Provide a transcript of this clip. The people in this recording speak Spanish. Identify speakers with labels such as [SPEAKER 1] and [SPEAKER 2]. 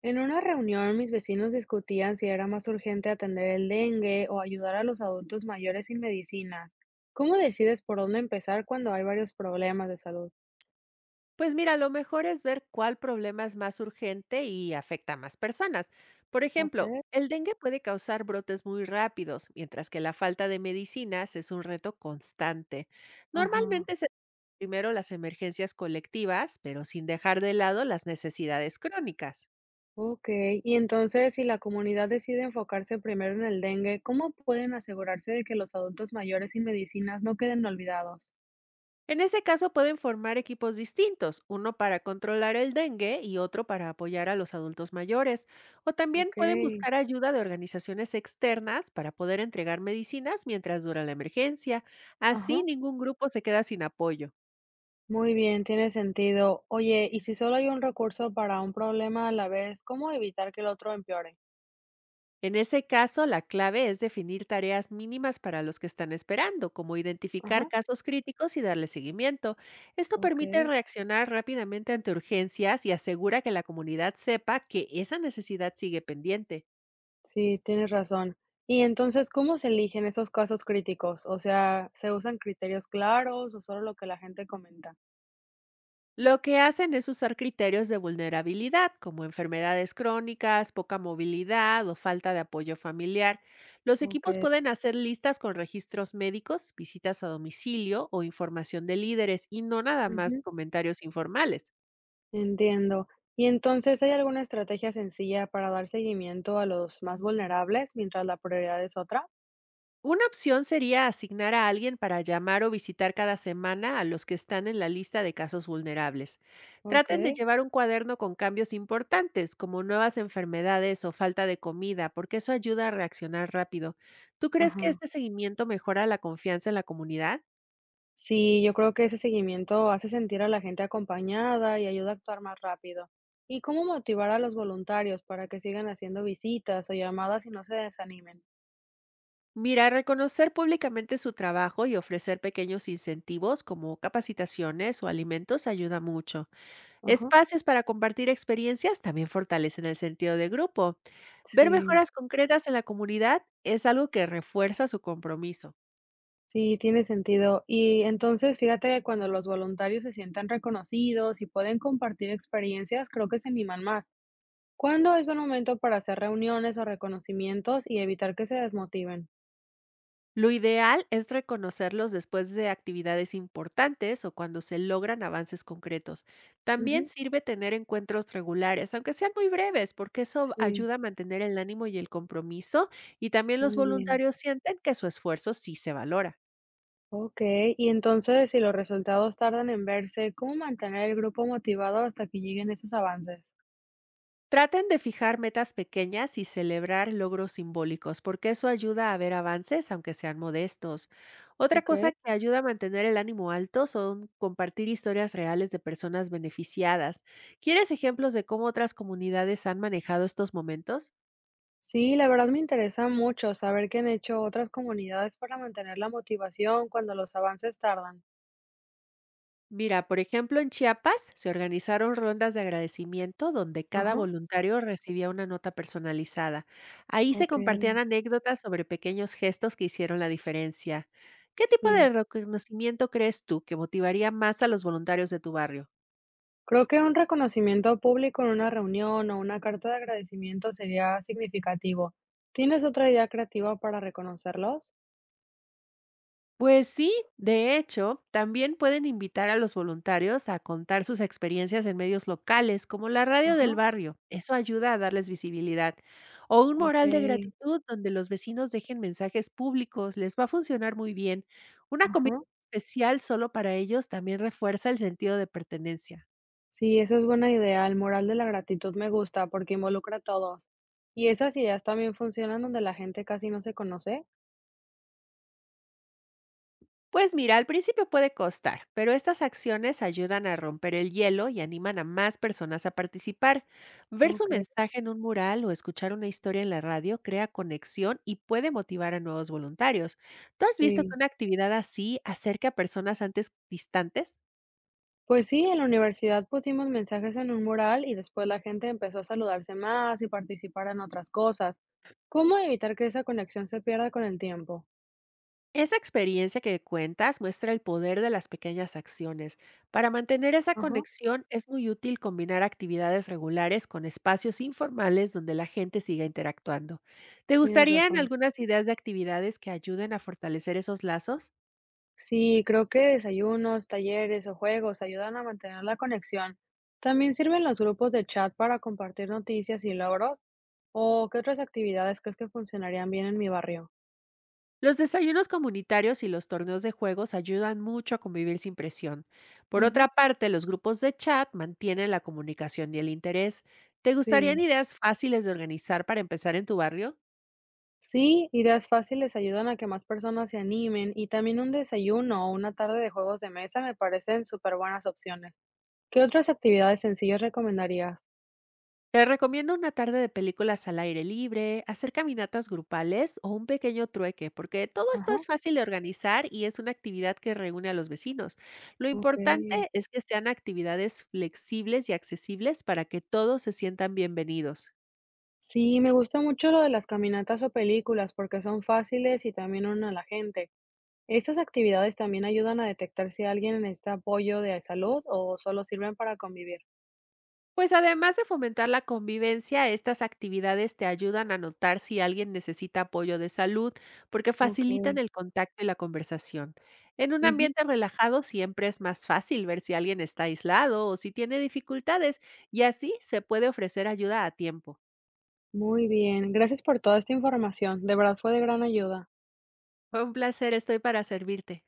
[SPEAKER 1] En una reunión, mis vecinos discutían si era más urgente atender el dengue o ayudar a los adultos mayores sin medicina. ¿Cómo decides por dónde empezar cuando hay varios problemas de salud?
[SPEAKER 2] Pues mira, lo mejor es ver cuál problema es más urgente y afecta a más personas. Por
[SPEAKER 1] Ok,
[SPEAKER 2] ejemplo, el dengue puede causar brotes muy rápidos, mientras que la falta de medicinas es un reto constante.
[SPEAKER 1] ajá,
[SPEAKER 2] Normalmente se primero las emergencias colectivas, pero sin dejar de lado las necesidades crónicas.
[SPEAKER 1] ok. Y entonces, si la comunidad decide enfocarse primero en el dengue, ¿cómo pueden asegurarse de que los adultos mayores sin medicinas no queden olvidados?
[SPEAKER 2] En ese caso pueden formar equipos distintos, uno para controlar el dengue y otro para apoyar a los adultos mayores. O también
[SPEAKER 1] Ok,
[SPEAKER 2] pueden buscar ayuda de organizaciones externas para poder entregar medicinas mientras dura la emergencia. Así
[SPEAKER 1] ajá.
[SPEAKER 2] ningún grupo se queda sin apoyo.
[SPEAKER 1] Muy bien, tiene sentido. Oye, y si solo hay un recurso para un problema a la vez, ¿cómo evitar que el otro empeore?
[SPEAKER 2] En ese caso, la clave es definir tareas mínimas para los que están esperando, como
[SPEAKER 1] Ajá,
[SPEAKER 2] identificar casos críticos y darle seguimiento. Esto
[SPEAKER 1] ok.
[SPEAKER 2] permite reaccionar rápidamente ante urgencias y asegura que la comunidad sepa que esa necesidad sigue pendiente.
[SPEAKER 1] Sí, tienes razón. Y entonces, ¿cómo se eligen esos casos críticos? O sea, ¿se usan criterios claros o solo lo que la gente comenta?
[SPEAKER 2] Lo que hacen es usar criterios de vulnerabilidad, como enfermedades crónicas, poca movilidad o falta de apoyo familiar. Los
[SPEAKER 1] Ok,
[SPEAKER 2] equipos pueden hacer listas con registros médicos, visitas a domicilio o información de líderes y no nada más
[SPEAKER 1] ujú,
[SPEAKER 2] comentarios informales.
[SPEAKER 1] entiendo. Y entonces, ¿hay alguna estrategia sencilla para dar seguimiento a los más vulnerables mientras la prioridad es otra?
[SPEAKER 2] Una opción sería asignar a alguien para llamar o visitar cada semana a los que están en la lista de casos vulnerables.
[SPEAKER 1] Ok,
[SPEAKER 2] Traten de llevar un cuaderno con cambios importantes, como nuevas enfermedades o falta de comida, porque eso ayuda a reaccionar rápido. ¿Tú crees que
[SPEAKER 1] ajá.
[SPEAKER 2] este seguimiento mejora la confianza en la comunidad?
[SPEAKER 1] Sí, yo creo que ese seguimiento hace sentir a la gente acompañada y ayuda a actuar más rápido. ¿Y cómo motivar a los voluntarios para que sigan haciendo visitas o llamadas y no se desanimen?
[SPEAKER 2] Mira, reconocer públicamente su trabajo y ofrecer pequeños incentivos como capacitaciones o alimentos ayuda mucho.
[SPEAKER 1] Ajá,
[SPEAKER 2] Espacios para compartir experiencias también fortalecen el sentido de grupo. Ver
[SPEAKER 1] sí.
[SPEAKER 2] mejoras concretas en la comunidad es algo que refuerza su compromiso.
[SPEAKER 1] Sí, tiene sentido. Y entonces, fíjate que cuando los voluntarios se sientan reconocidos y pueden compartir experiencias, creo que se animan más. ¿Cuándo es buen momento para hacer reuniones o reconocimientos y evitar que se desmotiven?
[SPEAKER 2] Lo ideal es reconocerlos después de actividades importantes o cuando se logran avances concretos. También
[SPEAKER 1] Ujú,
[SPEAKER 2] sirve tener encuentros regulares, aunque sean muy breves, porque eso
[SPEAKER 1] sí,
[SPEAKER 2] ayuda a mantener el ánimo y el compromiso, y también los
[SPEAKER 1] muy bien.
[SPEAKER 2] voluntarios sienten que su esfuerzo sí se valora.
[SPEAKER 1] Ok, y entonces, si los resultados tardan en verse, ¿cómo mantener el grupo motivado hasta que lleguen esos avances?
[SPEAKER 2] Traten de fijar metas pequeñas y celebrar logros simbólicos, porque eso ayuda a ver avances, aunque sean modestos. Otra
[SPEAKER 1] Ok.
[SPEAKER 2] cosa que ayuda a mantener el ánimo alto son compartir historias reales de personas beneficiadas. ¿Quieres ejemplos de cómo otras comunidades han manejado estos momentos?
[SPEAKER 1] Sí, la verdad me interesa mucho saber qué han hecho otras comunidades para mantener la motivación cuando los avances tardan.
[SPEAKER 2] Mira, por ejemplo, en Chiapas se organizaron rondas de agradecimiento donde cada
[SPEAKER 1] Ajá.
[SPEAKER 2] voluntario recibía una nota personalizada. Ahí se
[SPEAKER 1] Okey,
[SPEAKER 2] compartían anécdotas sobre pequeños gestos que hicieron la diferencia. ¿Qué tipo de
[SPEAKER 1] sí.
[SPEAKER 2] reconocimiento crees tú que motivaría más a los voluntarios de tu barrio?
[SPEAKER 1] Creo que un reconocimiento público en una reunión o una carta de agradecimiento sería significativo. ¿Tienes otra idea creativa para reconocerlos?
[SPEAKER 2] Pues sí, de hecho, también pueden invitar a los voluntarios a contar sus experiencias en medios locales, como la radio
[SPEAKER 1] Ajá,
[SPEAKER 2] del barrio. Eso ayuda a darles visibilidad. O un mural de
[SPEAKER 1] okey,
[SPEAKER 2] gratitud donde los vecinos dejen mensajes públicos, les va a funcionar muy bien. Una comida
[SPEAKER 1] ajá.
[SPEAKER 2] especial solo para ellos también refuerza el sentido de pertenencia.
[SPEAKER 1] Sí, eso es buena idea. El moral de la gratitud me gusta porque involucra a todos. ¿Y esas ideas también funcionan donde la gente casi no se conoce?
[SPEAKER 2] Pues mira, al principio puede costar, pero estas acciones ayudan a romper el hielo y animan a más personas a participar. Ver su
[SPEAKER 1] Okey,
[SPEAKER 2] mensaje en un mural o escuchar una historia en la radio crea conexión y puede motivar a nuevos voluntarios. ¿Tú has visto que
[SPEAKER 1] sí.
[SPEAKER 2] una actividad así acerca a personas antes distantes?
[SPEAKER 1] Pues sí, en la universidad pusimos mensajes en un mural y después la gente empezó a saludarse más y participar en otras cosas. ¿Cómo evitar que esa conexión se pierda con el tiempo?
[SPEAKER 2] Esa experiencia que cuentas muestra el poder de las pequeñas acciones. Para mantener esa
[SPEAKER 1] Ajá,
[SPEAKER 2] conexión es muy útil combinar actividades regulares con espacios informales donde la gente siga interactuando. ¿Te
[SPEAKER 1] tienes
[SPEAKER 2] gustarían
[SPEAKER 1] razón.
[SPEAKER 2] algunas ideas de actividades que ayuden a fortalecer esos lazos?
[SPEAKER 1] Sí, creo que desayunos, talleres o juegos ayudan a mantener la conexión. También sirven los grupos de chat para compartir noticias y logros. ¿O qué otras actividades crees que funcionarían bien en mi barrio?
[SPEAKER 2] Los desayunos comunitarios y los torneos de juegos ayudan mucho a convivir sin presión. Por otra
[SPEAKER 1] Ujú,
[SPEAKER 2] parte, los grupos de chat mantienen la comunicación y el interés. ¿Te gustarían
[SPEAKER 1] sí.
[SPEAKER 2] ideas fáciles de organizar para empezar en tu barrio?
[SPEAKER 1] Sí, ideas fáciles ayudan a que más personas se animen y también un desayuno o una tarde de juegos de mesa me parecen súper buenas opciones. ¿Qué otras actividades sencillas recomendarías?
[SPEAKER 2] Te recomiendo una tarde de películas al aire libre, hacer caminatas grupales o un pequeño trueque, porque todo esto
[SPEAKER 1] Ajá,
[SPEAKER 2] es fácil de organizar y es una actividad que reúne a los vecinos. Lo
[SPEAKER 1] ok.
[SPEAKER 2] importante es que sean actividades flexibles y accesibles para que todos se sientan bienvenidos.
[SPEAKER 1] Sí, me gusta mucho lo de las caminatas o películas porque son fáciles y también unen a la gente. ¿Estas actividades también ayudan a detectar si alguien necesita apoyo de salud o solo sirven para convivir?
[SPEAKER 2] Pues además de fomentar la convivencia, estas actividades te ayudan a notar si alguien necesita apoyo de salud, porque
[SPEAKER 1] Ok,
[SPEAKER 2] facilitan el contacto y la conversación. En un
[SPEAKER 1] ujú,
[SPEAKER 2] ambiente relajado siempre es más fácil ver si alguien está aislado o si tiene dificultades, y así se puede ofrecer ayuda a tiempo.
[SPEAKER 1] muy bien, gracias por toda esta información. De verdad fue de gran ayuda.
[SPEAKER 2] Fue un placer, estoy para servirte.